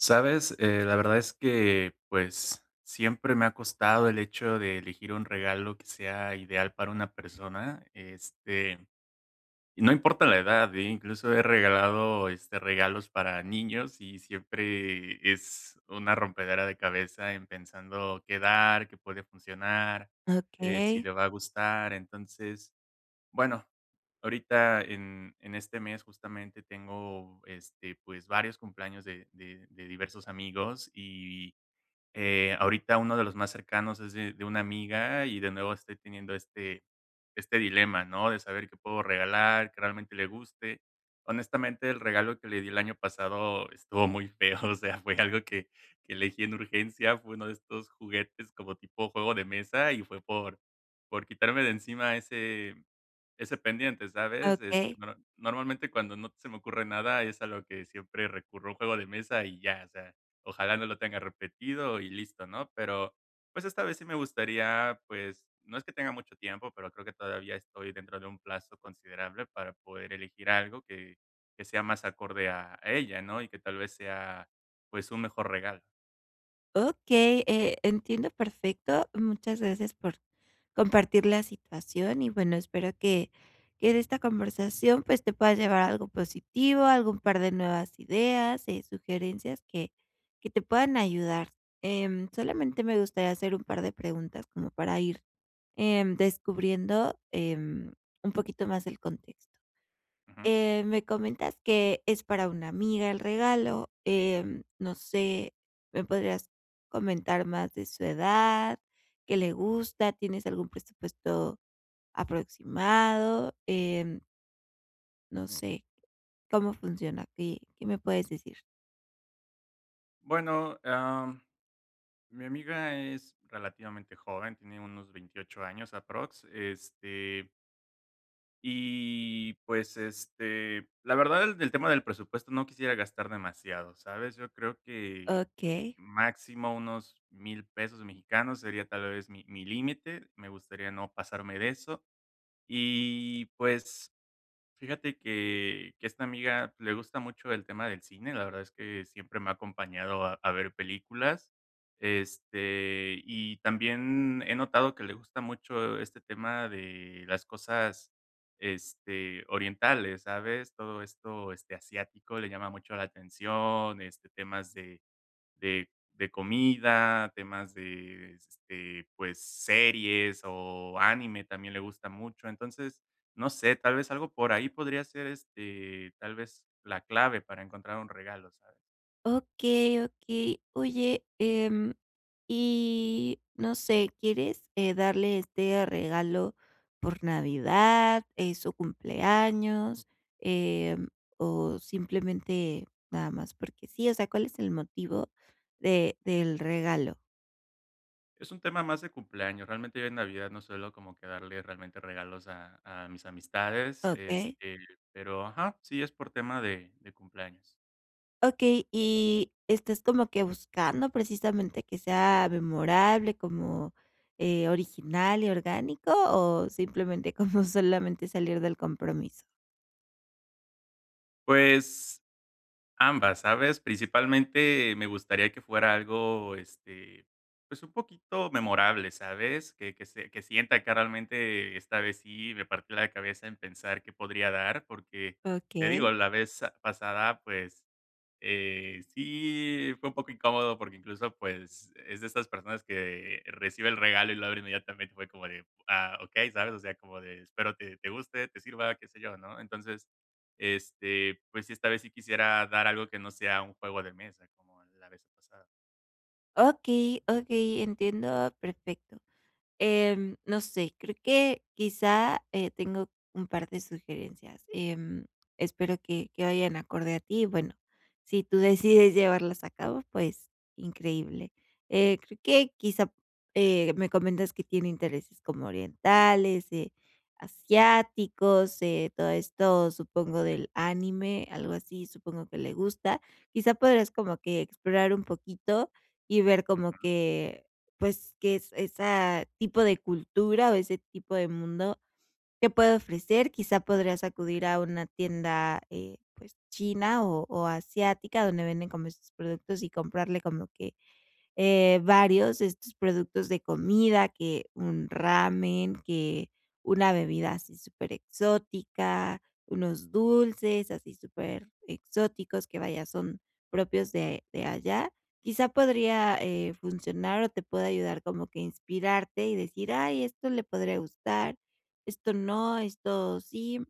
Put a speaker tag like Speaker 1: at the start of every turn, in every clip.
Speaker 1: Sabes, la verdad es que, pues, siempre me ha costado el hecho de elegir un regalo que sea ideal para una persona. Y no importa la edad, ¿eh? Incluso he regalado, regalos para niños y siempre es una rompedera de cabeza en pensando qué dar, qué puede funcionar, si
Speaker 2: Okey,
Speaker 1: le va a gustar. Entonces, bueno, ahorita en este mes justamente tengo, pues, varios cumpleaños de diversos amigos y ahorita uno de los más cercanos es de una amiga y de nuevo estoy teniendo este dilema, ¿no? De saber qué puedo regalar, que realmente le guste. Honestamente, el regalo que le di el año pasado estuvo muy feo, o sea, fue algo que elegí en urgencia, fue uno de estos juguetes como tipo juego de mesa y fue por quitarme de encima ese pendiente, ¿sabes?
Speaker 2: okey,
Speaker 1: Normalmente cuando no se me ocurre nada es a lo que siempre recurro, un juego de mesa y ya, o sea. Ojalá no lo tenga repetido y listo, ¿no? Pero, pues, esta vez sí me gustaría, pues, no es que tenga mucho tiempo, pero creo que todavía estoy dentro de un plazo considerable para poder elegir algo que sea más acorde a ella, ¿no? Y que tal vez sea, pues, un mejor regalo.
Speaker 2: okey, entiendo perfecto. Muchas gracias por compartir la situación y bueno, espero que de esta conversación, pues, te puedas llevar algo positivo, algún par de nuevas ideas, sugerencias que te puedan ayudar. Solamente me gustaría hacer un par de preguntas como para ir, descubriendo, un poquito más el contexto.
Speaker 1: Ujú.
Speaker 2: Me comentas que es para una amiga el regalo, no sé, ¿me podrías comentar más de su edad? ¿Qué le gusta? ¿Tienes algún presupuesto aproximado? No sé, ¿cómo funciona? ¿Qué, qué me puedes decir?
Speaker 1: Bueno, mi amiga es relativamente joven, tiene unos 28 años aprox. Y, pues, la verdad, el del tema del presupuesto no quisiera gastar demasiado, ¿sabes? Yo creo que
Speaker 2: Ok.
Speaker 1: máximo unos 1.000 pesos mexicanos sería tal vez mi límite, me gustaría no pasarme de eso. Y, pues, fíjate que esta amiga le gusta mucho el tema del cine, la verdad es que siempre me ha acompañado a ver películas, y también he notado que le gusta mucho este tema de las cosas, orientales, ¿sabes? Todo esto, asiático le llama mucho la atención, temas de de comida, temas de, pues, series o anime también le gusta mucho. Entonces, no sé, tal vez algo por ahí podría ser, tal vez la clave para encontrar un regalo, ¿sabes?
Speaker 2: Okey, okey. Oye, y no sé, ¿quieres, darle este regalo por Navidad, su cumpleaños, em, o simplemente nada más porque sí? O sea, ¿cuál es el motivo de del regalo?
Speaker 1: Es un tema más de cumpleaños. Realmente yo en Navidad no suelo como que darle realmente regalos a mis amistades,
Speaker 2: Okey.
Speaker 1: pero ajá, sí es por tema de cumpleaños.
Speaker 2: Okey, y estás como que buscando precisamente que sea memorable, como, original y orgánico, o simplemente como solamente salir del compromiso.
Speaker 1: Pues ambas, ¿sabes? Principalmente me gustaría que fuera algo, pues, un poquito memorable, ¿sabes? Que sienta que realmente esta vez sí me partí la cabeza en pensar qué podría dar, porque, te digo,
Speaker 2: Okey.
Speaker 1: la vez pasada, pues, sí fue un poco incómodo, porque incluso, pues, es de estas personas que recibe el regalo y lo abre inmediatamente, fue como de, ah, ok, ¿sabes? O sea, como de espero te guste, te sirva, qué sé yo, ¿no? Entonces, pues sí, esta vez sí quisiera dar algo que no sea un juego de mesa, como la vez pasada.
Speaker 2: Okey, okey, entiendo perfecto. No sé, creo que quizá, tengo un par de sugerencias, espero que vayan acorde a ti, bueno, si tú decides llevarlas a cabo, pues increíble. Creo que quizá, me comentas que tiene intereses como orientales, asiáticos, todo esto, supongo, del anime, algo así, supongo que le gusta. Quizá podrás como que explorar un poquito y ver como
Speaker 1: Ujú,
Speaker 2: que pues, que es ese tipo de cultura o ese tipo de mundo que puede ofrecer. Quizá podrías acudir a una tienda, pues, china o asiática, donde venden como esos productos y comprarle como que varios de estos productos de comida, que un ramen, que una bebida así súper exótica unos dulces así súper exóticos que, vaya, son propios de allá. Quizá podría, funcionar o te pueda ayudar como que inspirarte y decir: "Ay, esto le podría gustar, esto no, esto sí".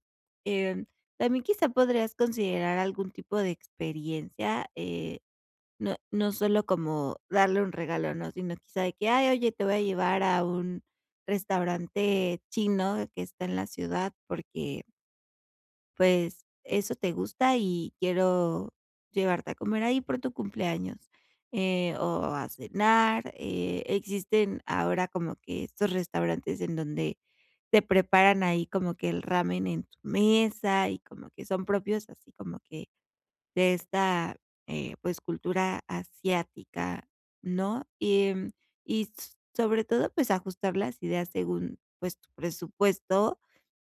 Speaker 2: Em, También quizá podrías considerar algún tipo de experiencia, no solo como darle un regalo, ¿no? Sino quizá de que: "Ay, oye, te voy a
Speaker 1: ujú,
Speaker 2: llevar a un restaurante chino que está en la ciudad porque, pues, eso te gusta y quiero llevarte a comer ahí por tu cumpleaños", o a cenar, existen ahora como que estos restaurantes en donde te preparan ahí como que el ramen en tu mesa y como que son propios así como que de esta, pues, cultura asiática, ¿no? Y, y s sobre todo, pues, ajustar las ideas según, pues, tu presupuesto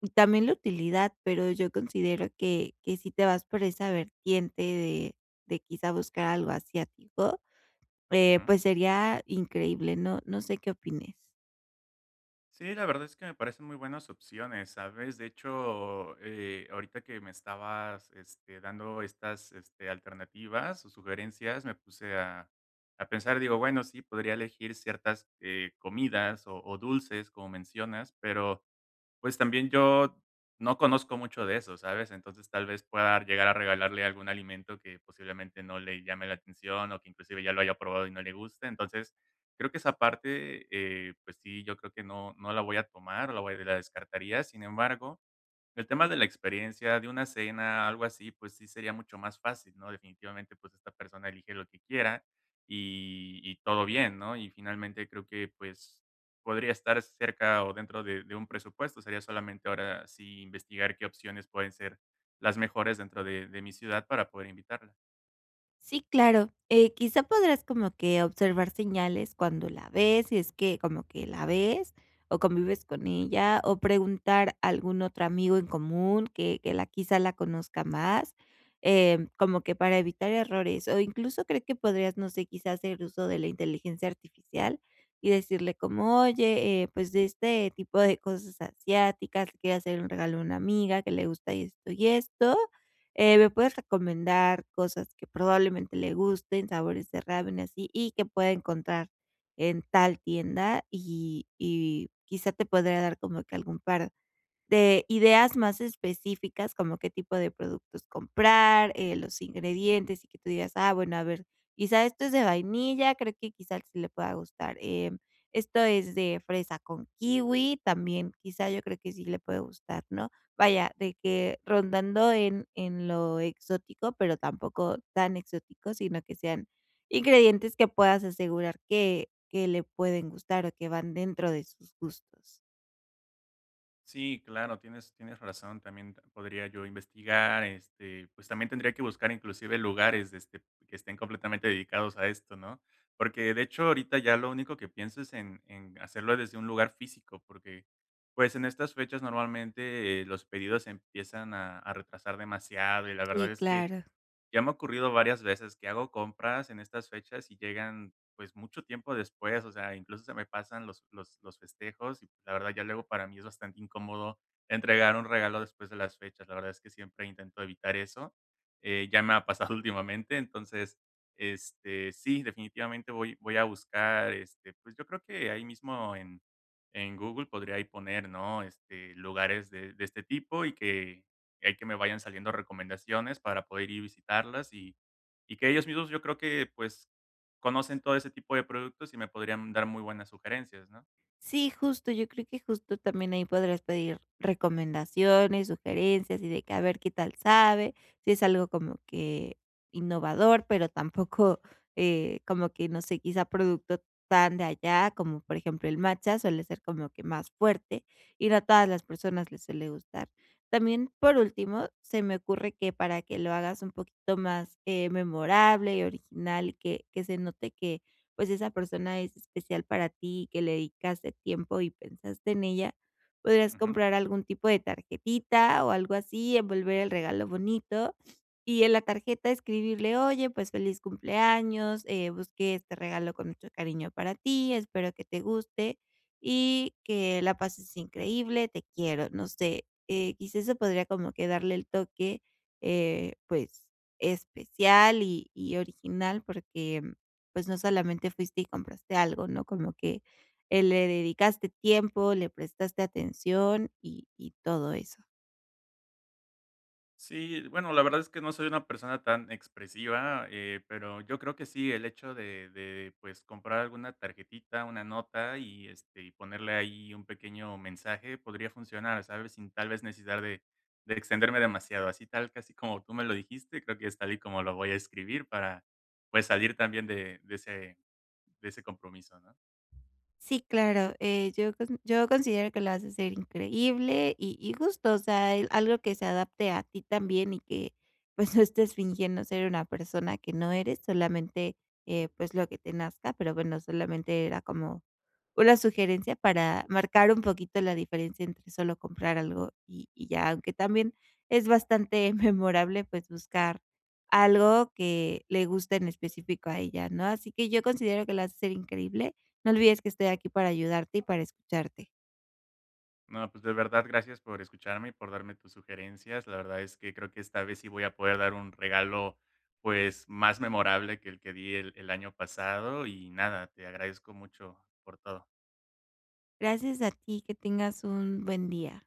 Speaker 2: y también la utilidad, pero yo considero que si te vas por esa vertiente de quizá buscar algo asiático,
Speaker 1: ujú.
Speaker 2: pues, sería increíble, no sé qué opines.
Speaker 1: Sí, la verdad es que me parecen muy buenas opciones, ¿sabes? De hecho, ahorita que me estabas dando estas alternativas o sugerencias, me puse a pensar, digo, bueno, sí, podría elegir ciertas comidas o dulces, como mencionas, pero, pues, también yo no conozco mucho de eso, ¿sabes? Entonces, tal vez pueda llegar a regalarle algún alimento que posiblemente no le llame la atención o que inclusive ya lo haya probado y no le guste. Entonces, creo que esa parte, pues sí, yo creo que no, no la voy a tomar, la descartaría. Sin embargo, el tema de la experiencia, de una cena, algo así, pues sí sería mucho más fácil, ¿no? Definitivamente, pues esta persona elige lo que quiera y todo bien, ¿no? Y finalmente creo que pues podría estar cerca o dentro de un presupuesto. Sería solamente ahora sí investigar qué opciones pueden ser las mejores dentro de mi ciudad para poder invitarla.
Speaker 2: Sí, claro. Quizá podrás como que observar señales cuando la ves, si es que como que la ves o convives con ella, o preguntar a algún otro amigo en común que la quizá la conozca más, como que para evitar errores, o incluso creo que podrías, no sé, quizá hacer uso de la inteligencia artificial y decirle como, oye, pues de este tipo de cosas asiáticas, le quiero hacer un regalo a una amiga que le gusta esto y esto ¿me puedes recomendar cosas que probablemente le gusten, sabores de ramen, así, y que pueda encontrar en tal tienda? Y quizá te podría dar como que algún par de ideas más específicas, como qué tipo de productos comprar, los ingredientes y que tú digas, ah, bueno, a ver, quizá esto es de vainilla, creo que quizá sí le pueda gustar. Esto es de fresa con kiwi, también quizá yo creo que sí le puede gustar, ¿no? Vaya, de que rondando en lo exótico, pero tampoco tan exótico, sino que sean ingredientes que puedas asegurar que le pueden gustar o que van dentro de sus gustos.
Speaker 1: Sí, claro, tienes razón. También t podría yo investigar, pues, también tendría que buscar inclusive lugares, que estén completamente dedicados a esto, ¿no? Porque, de hecho, ahorita ya lo único que pienso es en hacerlo desde un lugar físico, porque, pues, en estas fechas normalmente, los pedidos empiezan a retrasar demasiado, y la
Speaker 2: Sí,
Speaker 1: verdad es que
Speaker 2: claro.
Speaker 1: ya me ha ocurrido varias veces que hago compras en estas fechas y llegan, pues, mucho tiempo después, o sea, incluso se me pasan los festejos y la verdad ya luego para mí es bastante incómodo entregar un regalo después de las fechas. La verdad es que siempre intento evitar eso, ya me ha pasado últimamente, entonces, sí, definitivamente voy a buscar, pues, yo creo que ahí mismo en Google podría ahí poner, ¿no?, lugares de este tipo y que hay que me vayan saliendo recomendaciones para poder ir visitarlas y que ellos mismos yo creo que, pues, conocen todo ese tipo de productos y me podrían dar muy buenas sugerencias, ¿no?
Speaker 2: Sí, justo, yo creo que justo también ahí podrás pedir recomendaciones, sugerencias y de que a ver qué tal sabe, si es algo como que innovador, pero tampoco como que no sé, quizá producto tan de allá, como por ejemplo el matcha suele ser como que más fuerte y no a todas las personas les suele gustar. También por último, se me ocurre que para que lo hagas un poquito más memorable y original y que se note que pues esa persona es especial para ti, y que le dedicaste tiempo y pensaste en ella, podrías
Speaker 1: Ujú.
Speaker 2: comprar algún tipo de tarjetita o algo así, envolver el regalo bonito y en la tarjeta escribirle, oye, pues feliz cumpleaños, busqué este regalo con mucho cariño para ti, espero que te guste y que la pases increíble, te quiero, no sé, quizás eso podría como que darle el toque, pues, especial y original porque pues, no solamente fuiste y compraste algo, ¿no? Como que, le dedicaste tiempo, le prestaste atención y todo eso.
Speaker 1: Sí, bueno, la verdad es que no soy una persona tan expresiva, pero yo creo que sí, el hecho de, pues, comprar alguna tarjetita, una nota y y ponerle ahí un pequeño mensaje podría funcionar, ¿sabes? Sin tal vez necesitar de extenderme demasiado, así tal, casi como tú me lo dijiste, creo que es tal y como lo voy a escribir para pues salir también de ese compromiso, ¿no?
Speaker 2: Sí, claro, yo considero que lo vas a hacer increíble y justo, o sea, el algo que se adapte a ti también y que, pues, no estés fingiendo ser una persona que no eres, solamente, pues, lo que te nazca, pero bueno, solamente era como una sugerencia para marcar un poquito la diferencia entre solo comprar algo y ya, aunque también es bastante memorable, pues, buscar algo que le guste en específico a ella, ¿no? Así que yo considero que lo vas a hacer increíble. No olvides que estoy aquí para ayudarte y para escucharte.
Speaker 1: No, pues de verdad, gracias por escucharme y por darme tus sugerencias. La verdad es que creo que esta vez sí voy a poder dar un regalo, pues, más memorable que el que di el año pasado. Y nada, te agradezco mucho por todo.
Speaker 2: Gracias a ti, que tengas un buen día.